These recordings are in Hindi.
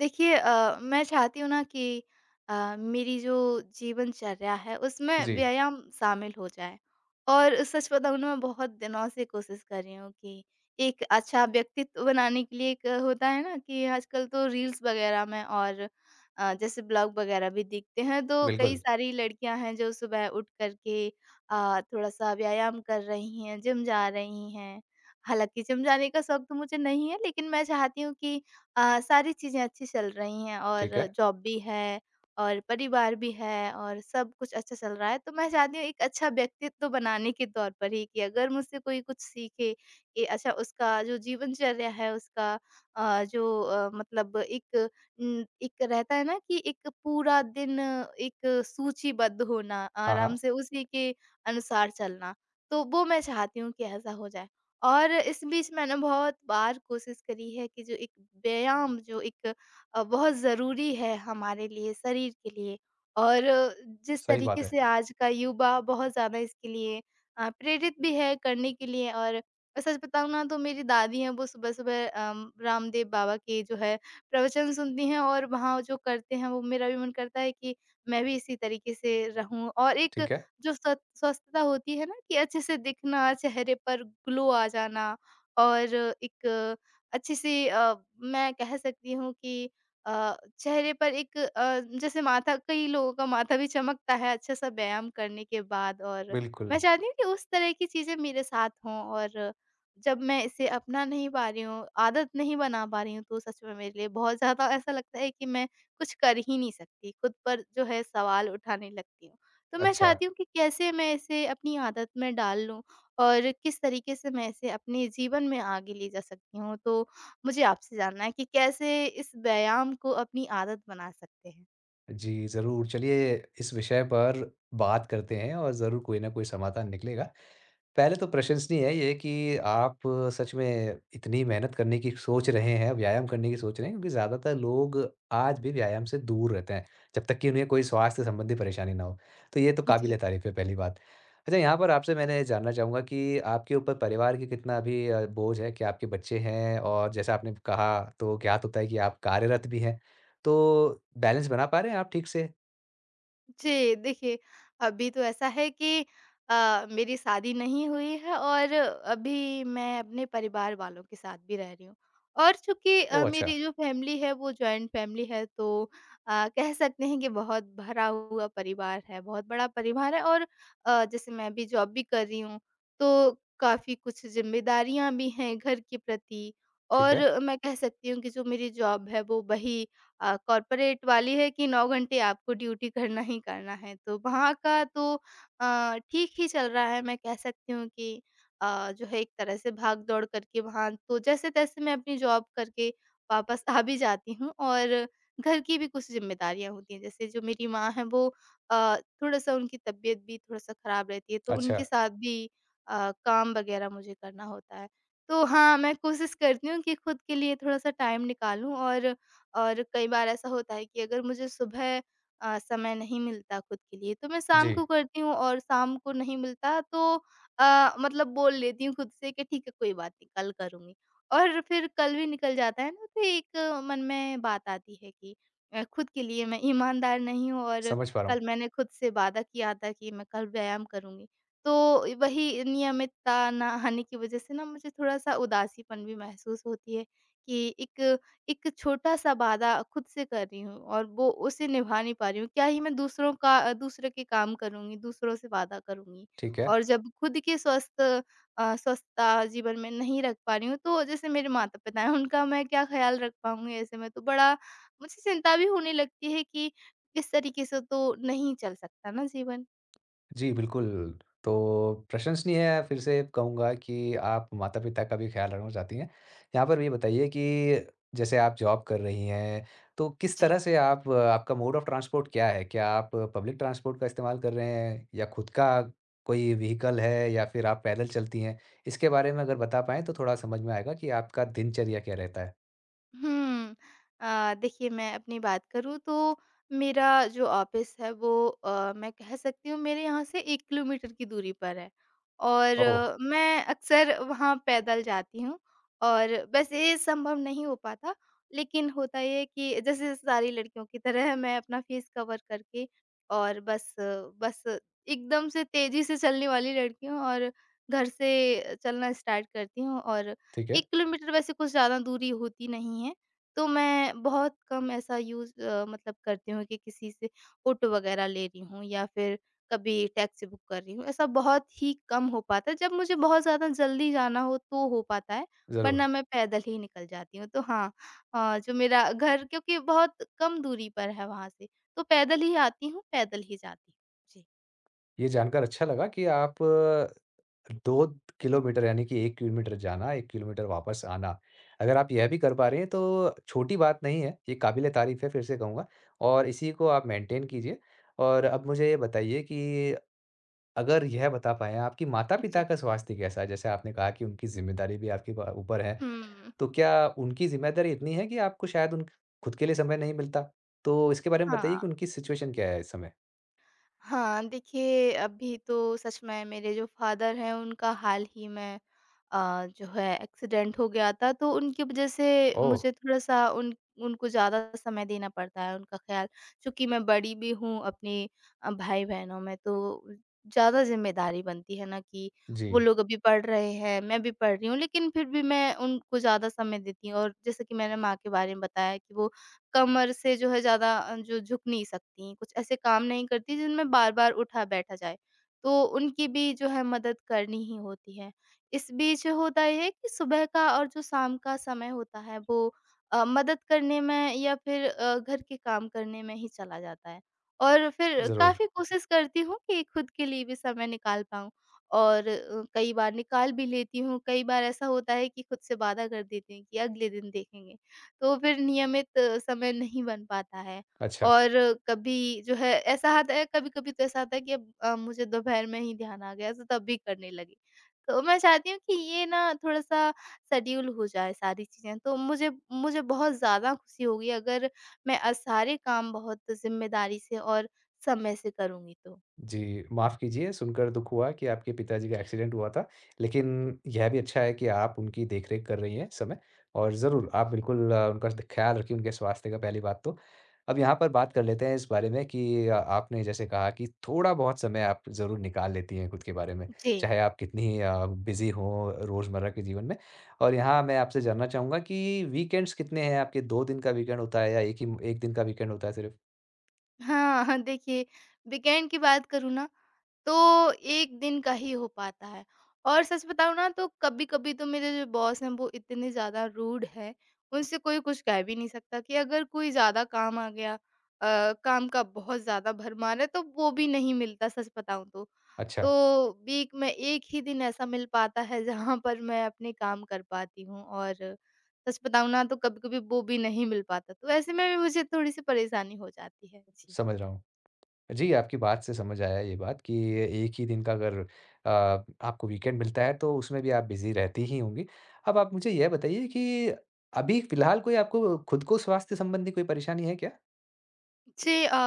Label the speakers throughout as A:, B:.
A: देखिए मैं चाहती हूँ ना कि मेरी जो जीवनचर्या है उसमें
B: जी,
A: व्यायाम शामिल हो जाए। और सच बताऊँ ना मैं बहुत दिनों से कोशिश कर रही हूँ कि एक अच्छा व्यक्तित्व बनाने के लिए एक होता है ना कि आजकल तो रील्स वगैरह में और जैसे ब्लॉग वगैरह भी दिखते हैं तो कई
B: बिल्कुल,
A: सारी लड़कियां हैं जो सुबह उठ करके थोड़ा सा व्यायाम कर रही हैं, जिम जा रही हैं। हालांकि जिम जाने का शौक तो मुझे नहीं है लेकिन मैं चाहती हूँ कि सारी चीज़ें अच्छी चल रही हैं
B: ठीक
A: और
B: है।
A: जॉब भी है और परिवार भी है और सब कुछ अच्छा चल रहा है। तो मैं चाहती हूँ एक अच्छा व्यक्तित्व बनाने के तौर पर ही कि अगर मुझसे कोई कुछ सीखे कि अच्छा उसका जो जीवनचर्या है उसका मतलब एक एक रहता है ना कि एक पूरा दिन एक सूचीबद्ध होना,
B: हाँ,
A: आराम
B: हाँ,
A: से उसी के अनुसार चलना। तो वो मैं चाहती हूँ कि ऐसा हो जाए। और इस बीच मैंने बहुत बार कोशिश करी है कि जो एक व्यायाम बहुत ज़रूरी है हमारे लिए, शरीर के लिए। और जिस
B: सही
A: तरीके
B: बात है,
A: से आज का युवा बहुत ज़्यादा इसके लिए प्रेरित भी है करने के लिए। और सच बताऊँ ना तो मेरी दादी हैं वो सुबह-सुबह रामदेव बाबा के जो है प्रवचन सुनती हैं और वहाँ जो करते हैं वो मेरा भी मन करता है कि मैं भी इसी तरीके से रहूँ। और एक
B: ठीक है,
A: जो स्वस्थता होती है ना कि अच्छे से दिखना, चेहरे पर ग्लो आ जाना। और एक अच्छी सी, मैं कह सकती हूँ कि चेहरे पर एक, जैसे माथा कई लोगों का माथा भी चमकता है अच्छा सा व्यायाम करने के बाद। और मैं
B: बिल्कुल।
A: चाहती हूँ कि उस तरह की चीज़ें मेरे साथ हों। और जब मैं इसे अपना नहीं पा रही हूँ, आदत नहीं बना पा रही हूँ तो सच में मेरे लिए बहुत ज़्यादा ऐसा लगता है कि मैं कुछ कर ही नहीं सकती। खुद पर जो है सवाल उठाने लगती हूँ। तो मैं
B: अच्छा,
A: चाहती हूँ कि कैसे मैं इसे अपनी आदत में डाल लूँ और किस तरीके से मैं इसे अपने जीवन में आगे ले जा सकती हूँ। तो मुझे आपसे जानना है कि कैसे इस व्यायाम को अपनी आदत बना सकते हैं?
B: जी, ज़रूर चलिए इस विषय पर बात करते हैं और ज़रूर कोई ना कोई समाधान निकलेगा। पहले तो प्रशंसनीय है ये कि आप सच में इतनी मेहनत करने की सोच रहे हैं, व्यायाम करने की सोच रहे हैं क्योंकि ज़्यादातर लोग आज भी व्यायाम से दूर रहते हैं, जब तक कि उन्हें कोई स्वास्थ्य संबंधी परेशानी ना हो। तो ये तो
A: जी।
B: काबिल-ए-तारीफ़ है पहली बात। अच्छा यहाँ पर आपसे मैंने जानना चाहूँगा कि आपके ऊपर परिवार की कितना अभी बोझ है? क्या आपके बच्चे हैं? और जैसा आपने कहा तो ज्ञात होता है कि आप कार्यरत भी हैं। तो बैलेंस बना पा रहे हैं आप ठीक से?
A: जी, देखिए, अभी तो ऐसा है कि मेरी शादी नहीं हुई है और अभी मैं अपने परिवार वालों के साथ भी रह रही हूँ। और चूँकि
B: ओह! अच्छा,
A: मेरी जो फ़ैमिली है वो जॉइंट फ़ैमिली है, तो कह सकते हैं कि बहुत भरा हुआ परिवार है, बहुत बड़ा परिवार है। और जैसे मैं अभी जॉब भी कर रही हूँ, तो काफ़ी कुछ ज़िम्मेदारियाँ भी हैं घर के प्रति।
B: ठीक
A: और
B: है।
A: मैं कह सकती हूँ कि जो मेरी जॉब है वो वही कॉर्पोरेट वाली है कि 9 घंटे आपको ड्यूटी करना ही करना है। तो वहाँ का तो ठीक ही चल रहा है, मैं कह सकती हूँ कि जो है एक तरह से भाग-दौड़ करके वहाँ तो जैसे-तैसे मैं अपनी जॉब करके वापस आ भी जाती हूँ। और घर की भी कुछ ज़िम्मेदारियाँ होती हैं। जैसे जो मेरी माँ हैं वो, अ, थोड़ा-सा उनकी तबीयत भी थोड़ा-सा ख़राब रहती है, तो
B: अच्छा,
A: उनके साथ भी काम वग़ैरह मुझे करना होता है। तो हाँ, मैं कोशिश करती हूँ कि खुद के लिए थोड़ा-सा टाइम निकालूँ। और कई बार ऐसा होता है कि अगर मुझे सुबह समय नहीं मिलता खुद के लिए तो मैं शाम को
B: जी,
A: करती हूँ और शाम को नहीं मिलता तो मतलब बोल लेती हूँ खुद से कि ठीक है कोई बात नहीं कल करूँगी। और फिर कल भी निकल जाता है ना तो एक मन में बात आती है कि खुद के लिए मैं ईमानदार नहीं हूँ। और
B: समझ पा रहा
A: कल
B: हूँ।
A: मैंने खुद से वादा किया था कि मैं कल व्यायाम करूँगी तो वही नियमितता ना आने की वजह से ना मुझे थोड़ा सा उदासीपन भी महसूस होती है कि एक एक छोटा-सा वादा खुद से कर रही हूँ और वो उसे निभा नहीं पा रही हूँ। क्या ही मैं दूसरों का, दूसरों के काम करूँगी, दूसरों से वादा करूँगी।
B: ठीक है।
A: और जब खुद के स्वस्थता जीवन में नहीं रख पा रही हूँ, तो जैसे मेरे माता-पिता हैं, उनका मैं क्या ख़्याल रख पाऊँगी ऐसे में? तो बड़ा मुझे चिंता भी होने लगती है कि इस तरीके से तो नहीं चल सकता ना जीवन।
B: जी, बिल्कुल। तो प्रशंसनीय है, फिर से कहूँगा कि आप माता-पिता का भी ख़्याल रखना चाहती हैं। यहाँ पर ये बताइए कि जैसे आप जॉब कर रही हैं, तो किस
A: जी।
B: तरह से आप आपका मोड ऑफ़ ट्रांसपोर्ट क्या है? क्या आप पब्लिक ट्रांसपोर्ट का इस्तेमाल कर रहे हैं या खुद का कोई व्हीकल है या फिर आप पैदल चलती हैं? इसके बारे में अगर बता पाएँ तो थोड़ा समझ में आएगा कि आपका दिनचर्या क्या रहता है?
A: हुँ। देखिए मैं अपनी बात करूँ तो मेरा जो ऑफ़िस है वो, मैं कह सकती हूँ मेरे यहाँ से 1 किलोमीटर की दूरी पर है। और
B: ओह!
A: मैं अक्सर वहाँ पैदल जाती हूँ। और वैसे ये संभव नहीं हो पाता, लेकिन होता ये है कि जैसे सारी लड़कियों की तरह मैं अपना फ़ेस कवर करके और बस बस एकदम से तेज़ी से चलने वाली लड़की हूँ। और घर से चलना स्टार्ट करती हूँ और
B: ठीक है,
A: 1 किलोमीटर वैसे कुछ ज़्यादा दूरी होती नहीं है, तो मैं बहुत कम ऐसा यूज़, मतलब करती हूँ कि किसी से ऑटो वगैरह ले रही हूँ या फिर कभी टैक्सी बुक कर रही हूँ, ऐसा बहुत ही कम हो पाता है। जब मुझे बहुत ज़्यादा जल्दी जाना हो तो हो पाता है, वरना
B: ज़रूर।
A: मैं पैदल ही निकल जाती हूँ। तो हाँ, जो मेरा घर क्योंकि बहुत कम दूरी पर है वहाँ से, तो पैदल ही आती हूँ, पैदल ही जाती हूँ। जी।
B: ये जानकर अच्छा लगा कि आप 2 किलोमीटर यानी कि 1 किलोमीटर जाना, 1 किलोमीटर वापस आना। अगर आप यह भी कर पा रहे हैं तो छोटी बात नहीं है, ये काबिल-ए-तारीफ़ है, फिर से कहूँगा और इसी को आप मेंटेन कीजिए। और अब मुझे ये बताइए कि अगर यह बता पाएँ आपकी माता-पिता
A: जी।
B: का स्वास्थ्य कैसा है? जैसे आपने कहा कि उनकी ज़िम्मेदारी भी आपके ब ऊपर है,
A: हुँ,
B: तो क्या उनकी ज़िम्मेदारी इतनी है कि आपको शायद उन खुद के लिए समय नहीं मिलता? तो इसके बारे में बताइए
A: हाँ।
B: कि उनकी सिचुएशन क्या है इस समय?
A: हाँ, देखिए अभी तो सच में मेरे जो फ़ादर हैं उनका हाल ही में जो है एक्सीडेंट हो गया था तो उनकी वज़ह से
B: ओह!
A: मुझे थोड़ा-सा उन उनको ज़्यादा समय देना पड़ता है उनका ख़्याल। चूँकि मैं बड़ी भी हूँ अपने भाई-बहनों में तो ज़्यादा ज़िम्मेदारी बनती है ना कि वो
B: जी,
A: लोग अभी पढ़ रहे हैं, मैं भी पढ़ रही हूँ लेकिन फिर भी मैं उनको ज़्यादा समय देती हूँ। और जैसे कि मैंने माँ के बारे में बताया कि वो कमर से जो है ज़्यादा, जो झुक नहीं सकतीं, कुछ ऐसे काम नहीं करतीं जिनमें बार-बार उठा-बैठा जाए, तो उनकी भी जो है मदद करनी ही होती है। इस बीच होता ये है कि सुबह का और जो शाम का समय होता है वो मदद करने में या फिर घर के काम करने में ही चला जाता है। और फिर
B: ज़रूर।
A: काफ़ी कोशिश करती हूँ कि खुद के लिए भी समय निकाल पाऊँ। और कई बार निकाल भी लेती हूँ, कई बार ऐसा होता है कि खुद से वादा कर देती हूँ कि अगले दिन देखेंगे। तो फिर नियमित समय नहीं बन पाता है।
B: अच्छा।
A: और कभी जो है ऐसा आता है, कभी-कभी तो ऐसा आता है कि अब मुझे दोपहर में ही ध्यान आ गया तो तब भी करने लगी। तो मैं चाहती हूँ कि ये ना थोड़ा-सा शेड्यूल हो जाए सारी चीज़ें, तो मुझे मुझे बहुत ज़्यादा खुशी होगी अगर मैं सारे काम बहुत ज़िम्मेदारी से और समय से करूँगी तो।
B: जी, माफ़ कीजिए, सुनकर दुःख हुआ कि आपके पिताजी का एक्सीडेंट हुआ था। लेकिन यह भी अच्छा है कि आप उनकी देख-रेख कर रही हैं इस समय और ज़रूर आप बिल्कुल उनका द ख़्याल रखिए उनके स्वास्थ्य का पहली बात तो। अब यहाँ पर बात कर लेते हैं इस बारे में कि आपने जैसे कहा कि थोड़ा-बहुत समय आप ज़रूर निकाल लेती हैं खुद के बारे में,
A: जी।
B: चाहे आप कितनी बिज़ी हों रोज़मर्रा के जीवन में। और यहाँ मैं आपसे जानना चाहूँगा कि वीकेंड्स कितने हैं आपके? 2 दिन का वीकेंड होता है या 1 दिन का वीकेंड होता है सिर्फ़?
A: हाँ, हाँ देखिए वीकेंड की बात करूँ ना तो 1 दिन का ही हो पाता है। और सच बताऊँ ना तो कभी-कभी तो मेरे जो बॉस हैं वो इतने ज़्यादा रूड हैं, उनसे कोई कुछ कह भी नहीं सकता कि अगर कोई ज़्यादा काम आ गया, काम का बहुत ज़्यादा भरमार है तो वो भी नहीं मिलता, सच बताऊँ तो।
B: अच्छा,
A: तो वीक में 1 ही दिन ऐसा मिल पाता है जहाँ पर मैं अपने काम कर पाती हूँ। और सच बताऊँ ना तो कभी-कभी वो भी नहीं मिल पाता। तो ऐसे में भी मुझे थोड़ी-सी परेशानी हो जाती है। जी।
B: समझ रहा हूँ। जी, आपकी बात से समझ आया ये बात कि एक ही दिन का अगर अ, आपको वीकेंड मिलता है तो उसमें भी आप बिज़ी रहती ही होंगी। अब आप मुझे यह बताइए कि अभी फ़िलहाल कोई आपको खुद को स्वास्थ्य संबंधी कोई परेशानी है क्या?
A: जी,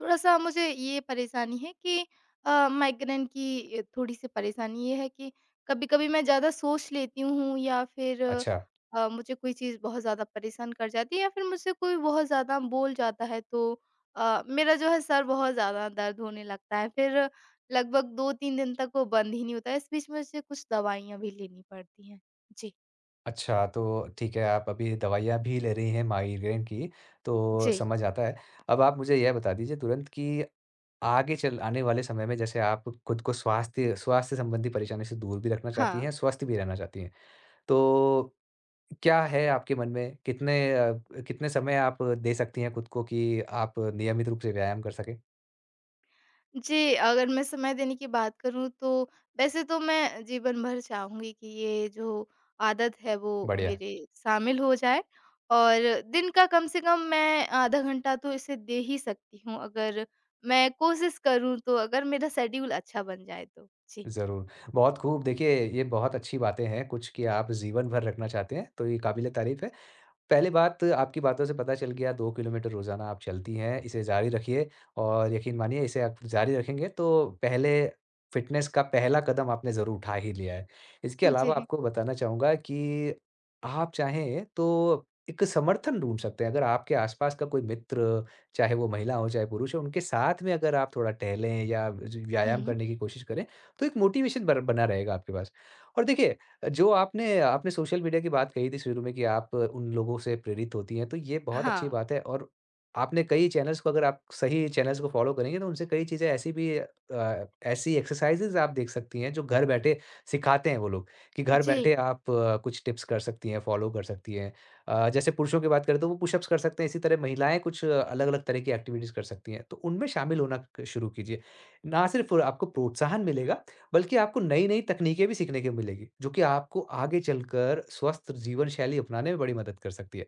A: थोड़ा-सा मुझे ये परेशानी है कि माइग्रेन की थोड़ी-सी परेशानी ये है कि कभी-कभी मैं ज़्यादा सोच लेती हूँ या फिर
B: अच्छा,
A: मुझे कोई चीज़ बहुत ज़्यादा परेशान कर जाती है या फिर मुझसे कोई बहुत ज़्यादा बोल जाता है तो मेरा जो है सर बहुत ज़्यादा दर्द होने लगता है। फिर लगभग 2-3 दिन तक वो बंद ही नहीं होता है। इस बीच में मुझे कुछ दवाइयाँ भी लेनी पड़ती हैं। जी।
B: अच्छा तो ठीक है आप अभी दवाइयाँ भी ले रही हैं माइग्रेन की, तो
A: जी।
B: समझ आता है। अब आप मुझे यह बता दीजिए तुरंत कि आगे चल आने वाले समय में जैसे आप खुद को स्वास्थ्य स्वास्थ्य संबंधी परेशानी से दूर भी रखना चाहती
A: हाँ।
B: हैं, स्वस्थ भी रहना चाहती हैं। तो क्या है आपके मन में? कितने कितने समय आप दे सकती हैं खुद को कि आप नियमित रूप से व्यायाम कर सकें?
A: जी, अगर मैं समय देने की बात करूँ तो वैसे तो मैं जीवन भर चाहूँगी कि ये जो आदत है वो
B: बढ़िया,
A: मेरे शामिल हो जाए। और दिन का कम से कम मैं आधा घंटा तो इसे दे ही सकती हूँ अगर मैं कोशिश करूँ तो, अगर मेरा शेड्यूल अच्छा बन जाए तो। जी।
B: ज़रूर। बहुत खूब, देखिए ये बहुत अच्छी बातें हैं कुछ कि आप जीवन भर रखना चाहते हैं, तो ये काबिल-ए-तारीफ़ है। पहली बात आपकी बातों से पता चल गया 2 किलोमीटर रोज़ाना आप चलती हैं, इसे जारी रखिए और यकीन मानिए इसे आप जारी रखेंगे तो पहले फ़िटनेस का पहला कदम आपने ज़रूर उठा ही लिया है। इसके अलावा
A: जी।
B: आपको बताना चाहूँगा कि आप चाहें तो एक समर्थन ढूँढ सकते हैं। अगर आपके आस-पास का कोई मित्र, चाहे वो महिला हो, चाहे पुरुष हो, उनके साथ में अगर आप थोड़ा टहलें या ज व्यायाम
A: हुँ।
B: करने की कोशिश करें, तो एक मोटिवेशन बर बना रहेगा आपके पास। और देखिए जो आपने आपने सोशल मीडिया की बात कही थी शुरू में कि आप उन लोगों से प्रेरित होती हैं, तो ये बहुत अच्छी
A: हाँ।
B: बात है और आपने कई चैनल्स को अगर आप सही चैनल्स को फ़ॉलो करेंगे तो उनसे कई चीज़ें ऐसी भी ऐसी एक्सरसाइज़ेज़ आप देख सकती हैं जो घर बैठे सिखाते हैं वो लोग, कि घर
A: जी,
B: बैठे आप कुछ टिप्स कर सकती हैं, फ़ॉलो कर सकती हैं। जैसे पुरुषों की बात करें तो वो पुशअप्स कर सकते हैं, इसी तरह महिलाएँ कुछ अलग-अलग तरह की एक्टिविटीज़ कर सकती हैं, तो उनमें शामिल होना क शुरू कीजिए। ना सिर्फ़ आपको प्रोत्साहन मिलेगा बल्कि आपको नई-नई तकनीकें भी सीखने को मिलेगी, जो कि आपको आगे चलकर स्वस्थ जीवन शैली अपनाने में बड़ी मदद कर सकती है।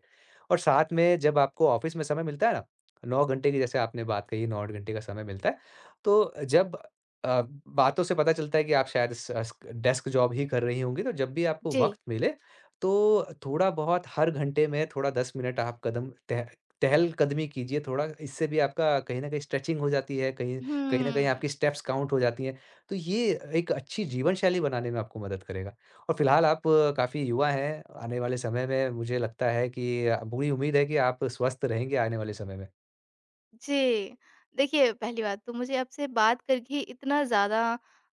B: और साथ में जब आपको ऑफ़िस में समय मिलता है ना, 9 घंटे की जैसे आपने बात कही 9 घंटे का समय मिलता है, तो जब अ, बातों से पता चलता है कि आप शायद स अस्क डेस्क जॉब ही कर रही होंगी, तो जब भी आपको
A: जी।
B: वक़्त मिले, तो थोड़ा-बहुत हर घंटे में थोड़ा 10 मिनट आप कदम टह टहलकदमी कीजिए थोड़ा, इससे भी आपका कहीं न कहीं स्ट्रेचिंग हो जाती है, कहीं कहीं न कहीं
A: हुँ।
B: आपकी स्टेप्स काउंट हो जाती हैं। तो ये एक अच्छी जीवन शैली बनाने में आपको मदद करेगा और फिलहाल आप काफ़ी युवा हैं, आने वाले समय में मुझे लगता है कि पूरी उम्मीद है कि आप स्वस्थ रहेंगे आने वाले समय में।
A: जी। देखिए, पहली बात तो मुझे आपसे बात करके इतना ज़्यादा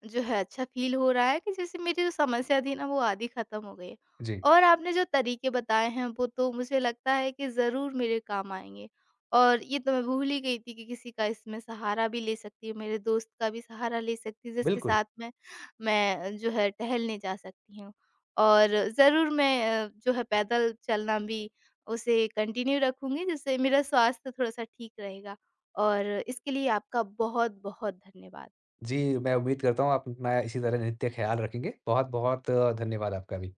A: जो है अच्छा फ़ील हो रहा है कि जैसे मेरी जो समस्या थी ना वो आधी ख़त्म हो गई है।
B: जी,
A: और आपने जो तरीके बताए हैं वो तो मुझे लगता है कि ज़रूर मेरे काम आएँगे। और ये तो मैं भूल ही गई थी कि किसी का इसमें सहारा भी ले सकती हूँ, मेरे दोस्त का भी सहारा ले सकती हूँ जिसके
B: बिल्कुल।
A: साथ में मैं जो है टहलने जा सकती हूँ। और ज़रूर मैं जो है पैदल चलना भी उसे कंटिन्यू रखूँगी जिससे मेरा स्वास्थ्य थोड़ा-सा ठीक रहेगा। और इसके लिए आपका बहुत-बहुत धन्यवाद।
B: जी, मैं उम्मीद करता हूँ आप अपना इसी तरह नित्य ख़्याल रखेंगे। बहुत-बहुत धन्यवाद आपका भी।